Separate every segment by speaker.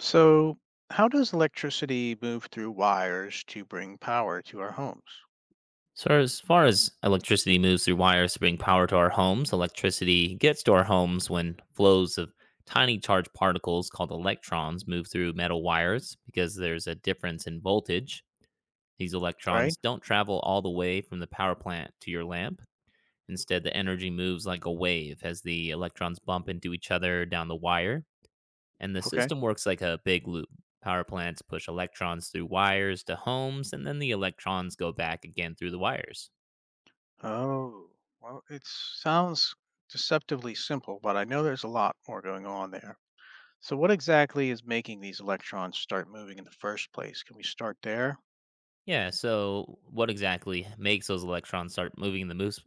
Speaker 1: So, how does electricity move through wires to bring power to our homes?
Speaker 2: So, as far as electricity moves through wires to bring power to our homes, electricity gets to our homes when flows of tiny charged particles called electrons move through metal wires because there's a difference in voltage. These electrons
Speaker 1: Right?
Speaker 2: don't travel all the way from the power plant to your lamp. Instead, the energy moves like a wave as the electrons bump into each other down the wire, and the
Speaker 1: Okay.
Speaker 2: system works like a big loop. Power plants push electrons through wires to homes, and then the electrons go back again through the wires.
Speaker 1: Oh, well, it sounds deceptively simple, but I know there's a lot more going on there. So, what exactly is making these electrons start moving in the first place? Can we start there?
Speaker 2: Yeah, so what exactly makes those electrons start moving in the moose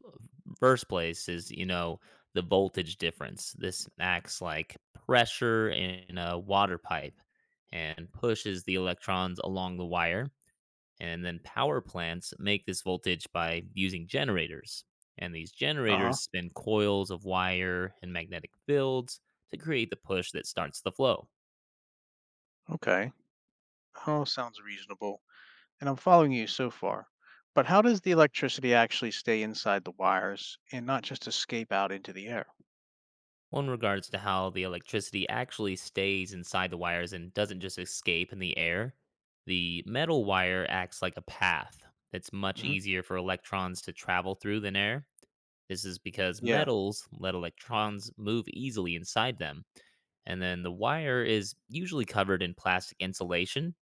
Speaker 2: first place is, the voltage difference. This acts like pressure in a water pipe and pushes the electrons along the wire. And then power plants make this voltage by using generators. And these
Speaker 1: Uh huh.
Speaker 2: generators spin coils of wire and magnetic fields to create the push that starts the flow.
Speaker 1: Okay. Oh, sounds reasonable. And I'm following you so far. But how does the electricity actually stay inside the wires and not just escape out into the air?
Speaker 2: One regards to how the electricity actually stays inside the wires and doesn't just escape in the air. The metal wire acts like a path that's much
Speaker 1: Hmm.
Speaker 2: easier for electrons to travel through than air. This is because
Speaker 1: Yeah.
Speaker 2: metals let electrons move easily inside them. And then the wire is usually covered in plastic insulation.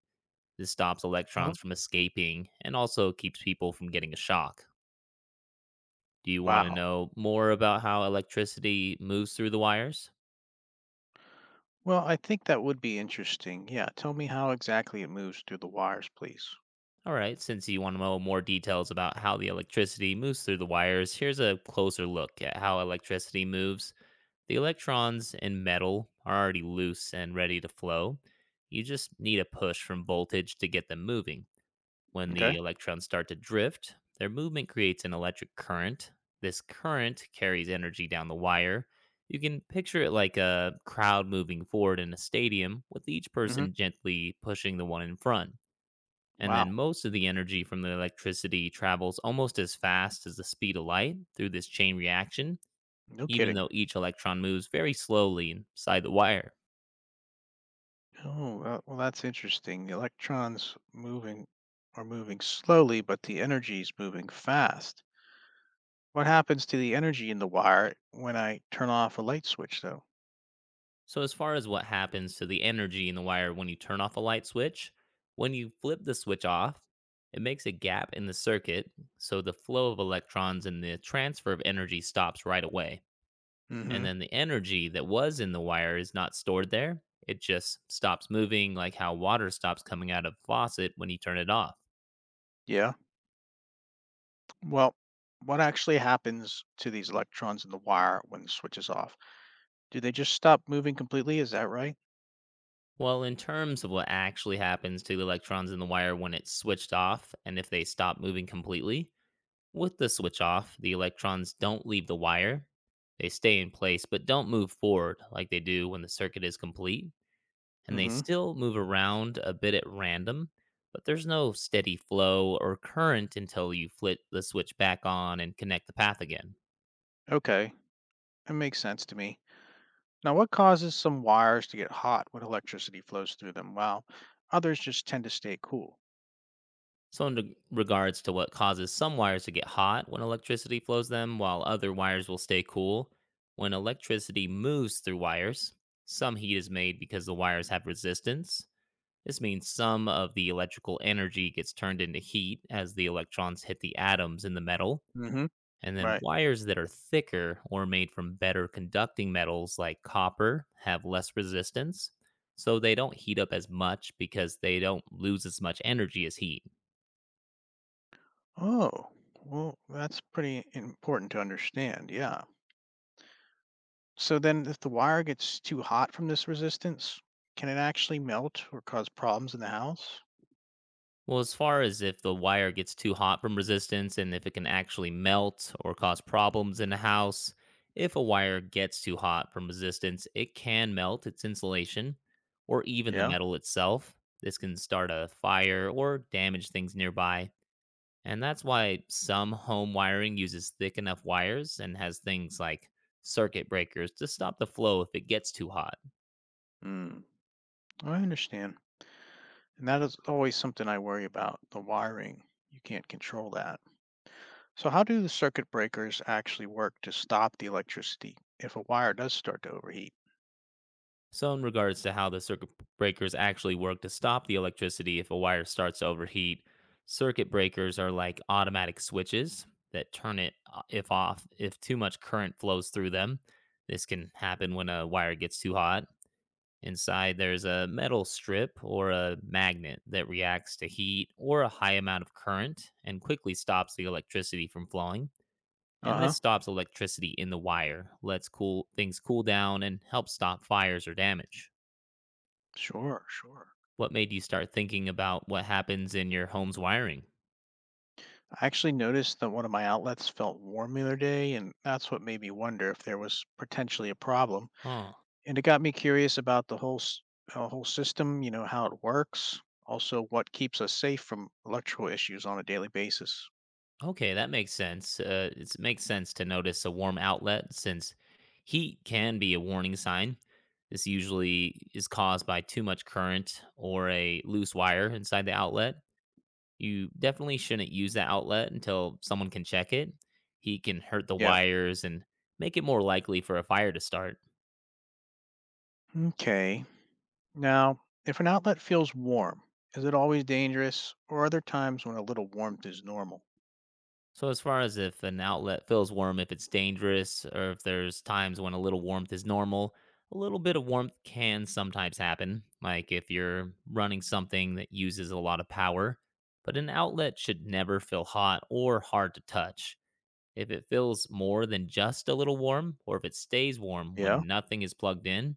Speaker 2: This stops
Speaker 1: uh
Speaker 2: electrons from escaping and also keeps people from getting a shock. Do you want to
Speaker 1: Wow.
Speaker 2: know more about how electricity moves through the wires?
Speaker 1: Well, I think that would be interesting. Yeah, tell me how exactly it moves through the wires, please.
Speaker 2: All right, since you want to know more details about how the electricity moves through the wires, here's a closer look at how electricity moves. The electrons in metal are already loose and ready to flow. You just need a push from voltage to get them moving. When the
Speaker 1: Okay.
Speaker 2: electrons start to drift, their movement creates an electric current. This current carries energy down the wire. You can picture it like a crowd moving forward in a stadium, with each
Speaker 1: Hmm.
Speaker 2: person gently pushing the one in front. And then
Speaker 1: Wow.
Speaker 2: most of the energy from the electricity travels almost as fast as the speed of light through this chain reaction,
Speaker 1: No
Speaker 2: even
Speaker 1: kidding.
Speaker 2: though each electron moves very slowly inside the wire.
Speaker 1: Oh, well, that's interesting. The electrons moving are moving slowly, but the energy is moving fast. What happens to the energy in the wire when I turn off a light switch, though?
Speaker 2: So, as far as what happens to the energy in the wire when you turn off a light switch, when you flip the switch off, it makes a gap in the circuit, so the flow of electrons and the transfer of energy stops right away. And
Speaker 1: Hmm.
Speaker 2: then the energy that was in the wire is not stored there. It just stops moving, like how water stops coming out of a faucet when you turn it off.
Speaker 1: Yeah. Well, what actually happens to these electrons in the wire when the switch is off? Do they just stop moving completely? Is that right?
Speaker 2: Well, in terms of what actually happens to the electrons in the wire when it's switched off and if they stop moving completely, with the switch off, the electrons don't leave the wire. They stay in place but don't move forward like they do when the circuit is complete. And they
Speaker 1: Hmm.
Speaker 2: still move around a bit at random, but there's no steady flow or current until you flip the switch back on and connect the path again.
Speaker 1: Okay. That makes sense to me. Now, what causes some wires to get hot when electricity flows through them, while others just tend to stay cool?
Speaker 2: So, in regards to what causes some wires to get hot when electricity flows them, while other wires will stay cool, when electricity moves through wires, some heat is made because the wires have resistance. This means some of the electrical energy gets turned into heat as the electrons hit the atoms in the metal.
Speaker 1: Hmm.
Speaker 2: And then
Speaker 1: Right.
Speaker 2: wires that are thicker or made from better conducting metals like copper have less resistance, so they don't heat up as much because they don't lose as much energy as heat.
Speaker 1: Oh, well, that's pretty important to understand. Yeah. So then, if the wire gets too hot from this resistance, can it actually melt or cause problems in the house?
Speaker 2: Well, as far as if the wire gets too hot from resistance and if it can actually melt or cause problems in a house, if a wire gets too hot from resistance, it can melt its insulation or even the
Speaker 1: Yeah.
Speaker 2: metal itself. This can start a fire or damage things nearby. And that's why some home wiring uses thick enough wires and has things like circuit breakers to stop the flow if it gets too hot.
Speaker 1: Mm. I understand. And that is always something I worry about the wiring. You can't control that. So, how do the circuit breakers actually work to stop the electricity if a wire does start to overheat?
Speaker 2: So, in regards to how the circuit breakers actually work to stop the electricity if a wire starts to overheat, circuit breakers are like automatic switches that turn it if off if too much current flows through them. This can happen when a wire gets too hot. Inside, there's a metal strip or a magnet that reacts to heat or a high amount of current and quickly stops the electricity from flowing. And this
Speaker 1: Uh-huh.
Speaker 2: stops electricity in the wire, lets cool things cool down, and helps stop fires or damage.
Speaker 1: Sure, sure.
Speaker 2: What made you start thinking about what happens in your home's wiring?
Speaker 1: I actually noticed that one of my outlets felt warm the other day, and that's what made me wonder if there was potentially a problem.
Speaker 2: Huh.
Speaker 1: And it got me curious about the whole whole system, how it works, also what keeps us safe from electrical issues on a daily basis.
Speaker 2: Okay, that makes sense. It makes sense to notice a warm outlet since heat can be a warning sign. This usually is caused by too much current or a loose wire inside the outlet. You definitely shouldn't use that outlet until someone can check it. Heat can hurt the
Speaker 1: Yeah.
Speaker 2: wires and make it more likely for a fire to start.
Speaker 1: Okay. Now, if an outlet feels warm, is it always dangerous, or are there times when a little warmth is normal?
Speaker 2: So, as far as if an outlet feels warm, if it's dangerous, or if there's times when a little warmth is normal, a little bit of warmth can sometimes happen, like if you're running something that uses a lot of power. But an outlet should never feel hot or hard to touch. If it feels more than just a little warm, or if it stays warm
Speaker 1: Yeah.
Speaker 2: when nothing is plugged in,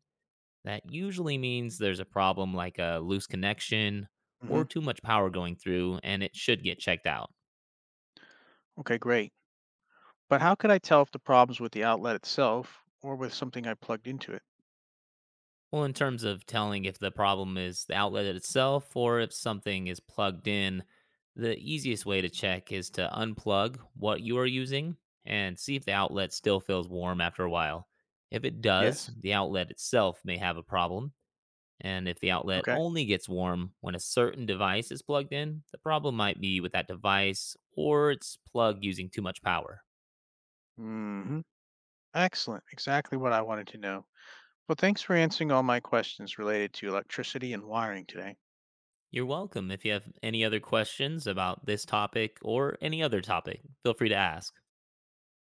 Speaker 2: that usually means there's a problem like a loose connection or
Speaker 1: Hmm.
Speaker 2: too much power going through, and it should get checked out.
Speaker 1: Okay, great. But how could I tell if the problem's with the outlet itself or with something I plugged into it?
Speaker 2: Well, in terms of telling if the problem is the outlet itself or if something is plugged in, the easiest way to check is to unplug what you are using and see if the outlet still feels warm after a while. If it does,
Speaker 1: Yes.
Speaker 2: the outlet itself may have a problem. And if the outlet
Speaker 1: Okay.
Speaker 2: only gets warm when a certain device is plugged in, the problem might be with that device or its plug using too much power.
Speaker 1: Hmm. Excellent. Exactly what I wanted to know. Well, thanks for answering all my questions related to electricity and wiring today.
Speaker 2: You're welcome. If you have any other questions about this topic or any other topic, feel free to ask.